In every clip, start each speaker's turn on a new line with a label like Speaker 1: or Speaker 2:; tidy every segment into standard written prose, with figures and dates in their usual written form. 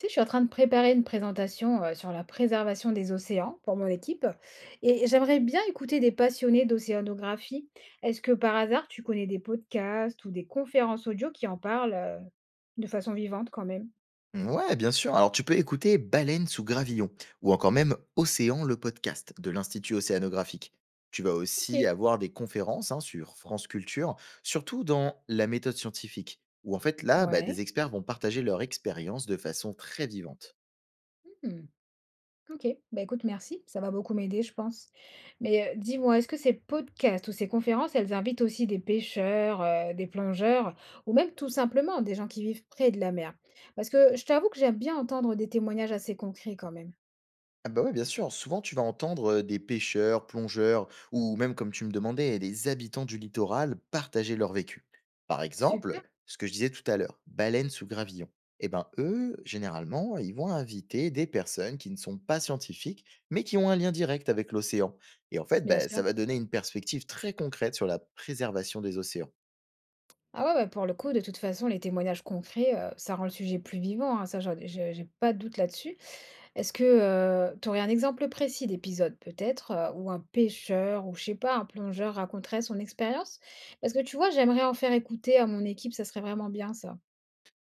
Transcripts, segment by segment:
Speaker 1: Tu sais, je suis en train de préparer une présentation sur la préservation des océans pour mon équipe et j'aimerais bien écouter des passionnés d'océanographie. Est-ce que par hasard, tu connais des podcasts ou des conférences audio qui en parlent de façon vivante quand même?
Speaker 2: Ouais, bien sûr. Alors, tu peux écouter Baleine sous gravillon ou encore même Océan, le podcast de l'Institut océanographique. Tu vas aussi
Speaker 1: Ok.
Speaker 2: avoir des conférences hein, sur France Culture, surtout dans la méthode scientifique, où en fait là, bah, des
Speaker 1: Ouais.
Speaker 2: experts vont partager leur expérience de façon très vivante.
Speaker 1: Mmh. OK. Bah, écoute, merci, ça va beaucoup m'aider, je pense. Mais, dis-moi, est-ce que ces podcasts ou ces conférences, elles invitent aussi des pêcheurs, des plongeurs ou même tout simplement des gens qui vivent près de la mer? Parce que je t'avoue que j'aime bien entendre des témoignages assez concrets quand même.
Speaker 2: Ah bah ouais, bien sûr. Souvent, tu vas entendre des pêcheurs, plongeurs, ou même, comme tu me demandais, des habitants du littoral partager leur vécu. Par exemple,
Speaker 1: Super.
Speaker 2: ce que je disais tout à l'heure, baleines sous gravillon. Eh ben, eux, généralement, ils vont inviter des personnes qui ne sont pas scientifiques, mais qui ont un lien direct avec l'océan. Et en fait,
Speaker 1: Bien
Speaker 2: bah,
Speaker 1: sûr.
Speaker 2: ça va donner une perspective très concrète sur la préservation des océans.
Speaker 1: Ah ouais, bah, pour le coup, de toute façon, les témoignages concrets, ça rend le sujet plus vivant, hein, ça j'ai pas de doute là-dessus. Est-ce que tu aurais un exemple précis d'épisode peut-être, où un pêcheur ou je sais pas, un plongeur raconterait son expérience? Parce que tu vois, j'aimerais en faire écouter à mon équipe, ça serait vraiment bien ça.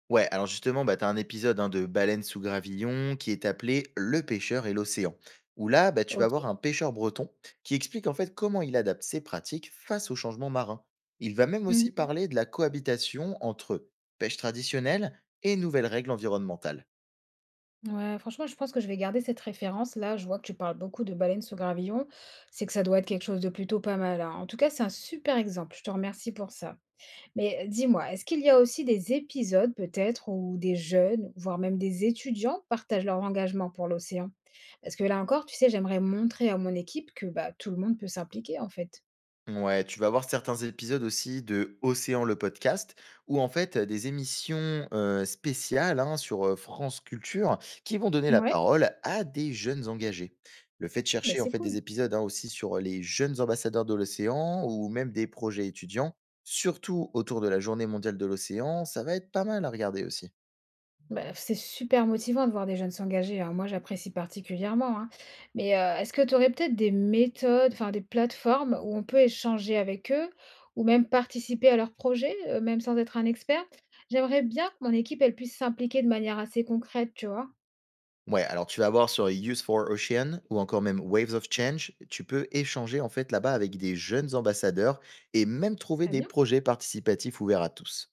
Speaker 2: Ouais, alors justement, bah, tu as un épisode hein, de Baleine sous gravillon qui est appelé Le pêcheur et l'océan, où là, bah, tu vas
Speaker 1: OK?
Speaker 2: voir un pêcheur breton qui explique en fait comment il adapte ses pratiques face au changement marin. Il va même aussi
Speaker 1: Mmh.
Speaker 2: parler de la cohabitation entre pêche traditionnelle et nouvelles règles environnementales.
Speaker 1: Ouais, franchement, je pense que je vais garder cette référence. Là, je vois que tu parles beaucoup de baleines sous gravillon, c'est que ça doit être quelque chose de plutôt pas mal, hein. En tout cas, c'est un super exemple, je te remercie pour ça. Mais dis-moi, est-ce qu'il y a aussi des épisodes peut-être où des jeunes, voire même des étudiants, partagent leur engagement pour l'océan? Parce que là encore, tu sais, j'aimerais montrer à mon équipe que bah, tout le monde peut s'impliquer en fait.
Speaker 2: Ouais, tu vas voir certains épisodes aussi de Océan le podcast, ou en fait des émissions spéciales hein, sur France Culture qui vont donner la
Speaker 1: Ouais,
Speaker 2: parole à des jeunes engagés. Le fait de
Speaker 1: mais
Speaker 2: chercher en
Speaker 1: c'est
Speaker 2: fait des
Speaker 1: cool.
Speaker 2: épisodes hein, aussi sur les jeunes ambassadeurs de l'océan ou même des projets étudiants, surtout autour de la Journée mondiale de l'océan, ça va être pas mal à regarder aussi.
Speaker 1: Bah, c'est super motivant de voir des jeunes s'engager, hein. Moi, j'apprécie particulièrement, hein. Mais est-ce que tu aurais peut-être des méthodes, enfin des plateformes où on peut échanger avec eux ou même participer à leurs projets, même sans être un expert? J'aimerais bien que mon équipe, elle puisse s'impliquer de manière assez concrète, tu vois.
Speaker 2: Ouais, alors tu vas voir sur Youth for Ocean ou encore même Waves of Change, tu peux échanger en fait là-bas avec des jeunes ambassadeurs et même trouver
Speaker 1: Très
Speaker 2: des
Speaker 1: bien.
Speaker 2: projets participatifs ouverts à tous.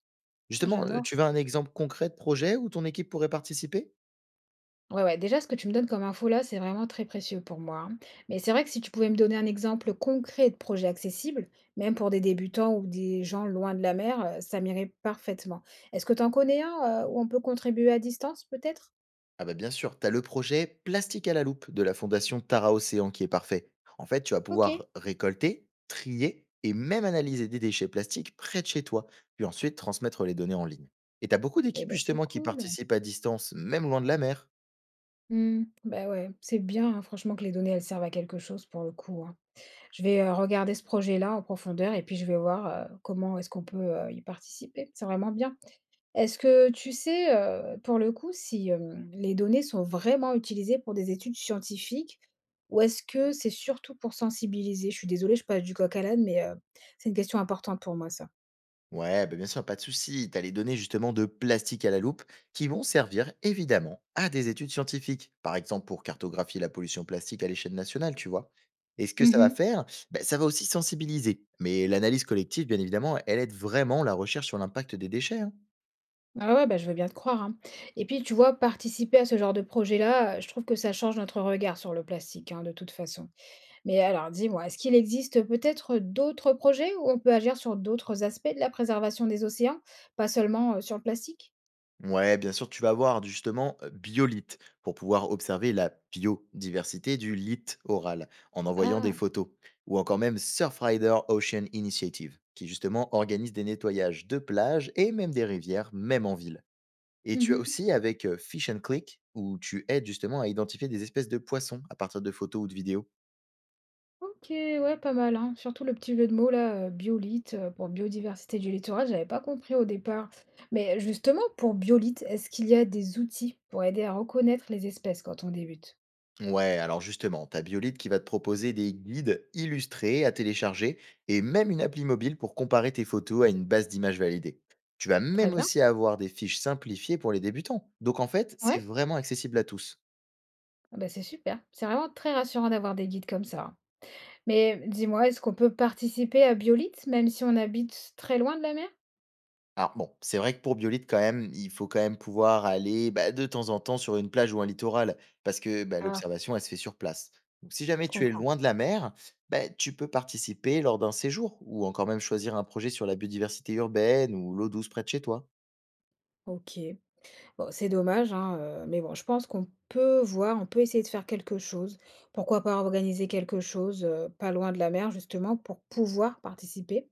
Speaker 1: Ah,
Speaker 2: Justement,
Speaker 1: j'adore.
Speaker 2: tu veux un exemple concret de projet où ton équipe pourrait participer?
Speaker 1: Ouais, ouais, déjà, ce que tu me donnes comme info là, c'est vraiment très précieux pour moi, hein. Mais c'est vrai que si tu pouvais me donner un exemple concret de projet accessible, même pour des débutants ou des gens loin de la mer, ça m'irait parfaitement. Est-ce que tu en connais un où on peut contribuer à distance, peut-être?
Speaker 2: Ah bah bien sûr, tu as le projet Plastique à la loupe de la fondation Tara Océan qui est parfait. En fait, tu vas
Speaker 1: Ok.
Speaker 2: pouvoir récolter, trier et même analyser des déchets plastiques près de chez toi, puis ensuite transmettre les données en ligne. Et tu as beaucoup
Speaker 1: Eh
Speaker 2: d'équipes
Speaker 1: ben, c'est
Speaker 2: justement qui
Speaker 1: cool.
Speaker 2: participent à distance, même loin de la mer.
Speaker 1: Hmm. Bah ouais, c'est bien, hein, franchement, que les données, elles servent à quelque chose pour le coup, hein. Je vais regarder ce projet-là en profondeur et puis je vais voir comment est-ce qu'on peut y participer. C'est vraiment bien. Est-ce que tu sais, pour le coup, si, les données sont vraiment utilisées pour des études scientifiques ou est-ce que c'est surtout pour sensibiliser? Je suis désolée, je passe du coq à l'âne, mais, c'est une question importante pour moi ça.
Speaker 2: Ouais, bah bien sûr, pas de souci. Tu as les données justement de plastique à la loupe qui vont servir évidemment à des études scientifiques. Par exemple, pour cartographier la pollution plastique à l'échelle nationale, tu vois. Et ce que ça va
Speaker 1: Mmh.
Speaker 2: faire, bah, ça va aussi sensibiliser. Mais l'analyse collective, bien évidemment, elle aide vraiment la recherche sur l'impact des déchets, hein.
Speaker 1: Ah ouais, bah, je veux bien te croire, hein, et puis, tu vois, participer à ce genre de projet-là, je trouve que ça change notre regard sur le plastique, hein, de toute façon. Mais alors, dis-moi, est-ce qu'il existe peut-être d'autres projets où on peut agir sur d'autres aspects de la préservation des océans? Pas seulement, sur le plastique?
Speaker 2: Ouais, bien sûr, tu vas voir justement biolithe pour pouvoir observer la biodiversité du lithe oral en envoyant des
Speaker 1: Ah.
Speaker 2: photos. Ou encore même Surfrider Ocean Initiative, qui justement organise des nettoyages de plages et même des rivières, même en ville. Et tu as
Speaker 1: Mmh.
Speaker 2: aussi avec Fish and Click, où tu aides justement à identifier des espèces de poissons à partir de photos ou de vidéos.
Speaker 1: OK, ouais, pas mal, hein. Surtout le petit jeu de mots là, biolithe, pour biodiversité du littoral, j'avais pas compris au départ. Mais justement, pour biolithe, est-ce qu'il y a des outils pour aider à reconnaître les espèces quand on débute?
Speaker 2: Ouais, alors justement, ta Biolite qui va te proposer des guides illustrés à télécharger et même une appli mobile pour comparer tes photos à une base d'images validée. Tu vas
Speaker 1: Très
Speaker 2: même
Speaker 1: bien,
Speaker 2: aussi avoir des fiches simplifiées pour les débutants. Donc en fait, c'est
Speaker 1: ouais,
Speaker 2: vraiment accessible à tous.
Speaker 1: ah bah, c'est super. C'est vraiment très rassurant d'avoir des guides comme ça, hein. Mais dis-moi, est-ce qu'on peut participer à biolithe même si on habite très loin de la mer?
Speaker 2: Alors bon, c'est vrai que pour Biolite quand même, il faut quand même pouvoir aller bah, de temps en temps sur une plage ou un littoral parce que bah,
Speaker 1: Ah,
Speaker 2: l'observation, elle se fait sur place. Donc si jamais
Speaker 1: je
Speaker 2: tu es
Speaker 1: comprends.
Speaker 2: loin de la mer, bah, tu peux participer lors d'un séjour ou encore même choisir un projet sur la biodiversité urbaine ou l'eau douce près de chez toi.
Speaker 1: OK. Bon, c'est dommage, hein, mais bon, je pense qu'on peut voir, on peut essayer de faire quelque chose. Pourquoi pas organiser quelque chose, pas loin de la mer justement pour pouvoir participer.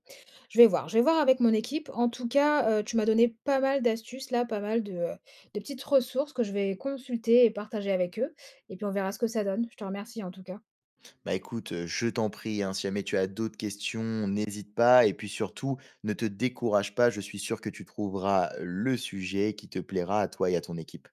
Speaker 1: Je vais voir avec mon équipe. En tout cas, tu m'as donné pas mal d'astuces là, pas mal de petites ressources que je vais consulter et partager avec eux et puis on verra ce que ça donne. Je te remercie en tout cas.
Speaker 2: Bah écoute, je t'en prie, hein, si jamais tu as d'autres questions, n'hésite pas et puis surtout, ne te décourage pas, je suis sûr que tu trouveras le sujet qui te plaira à toi et à ton équipe.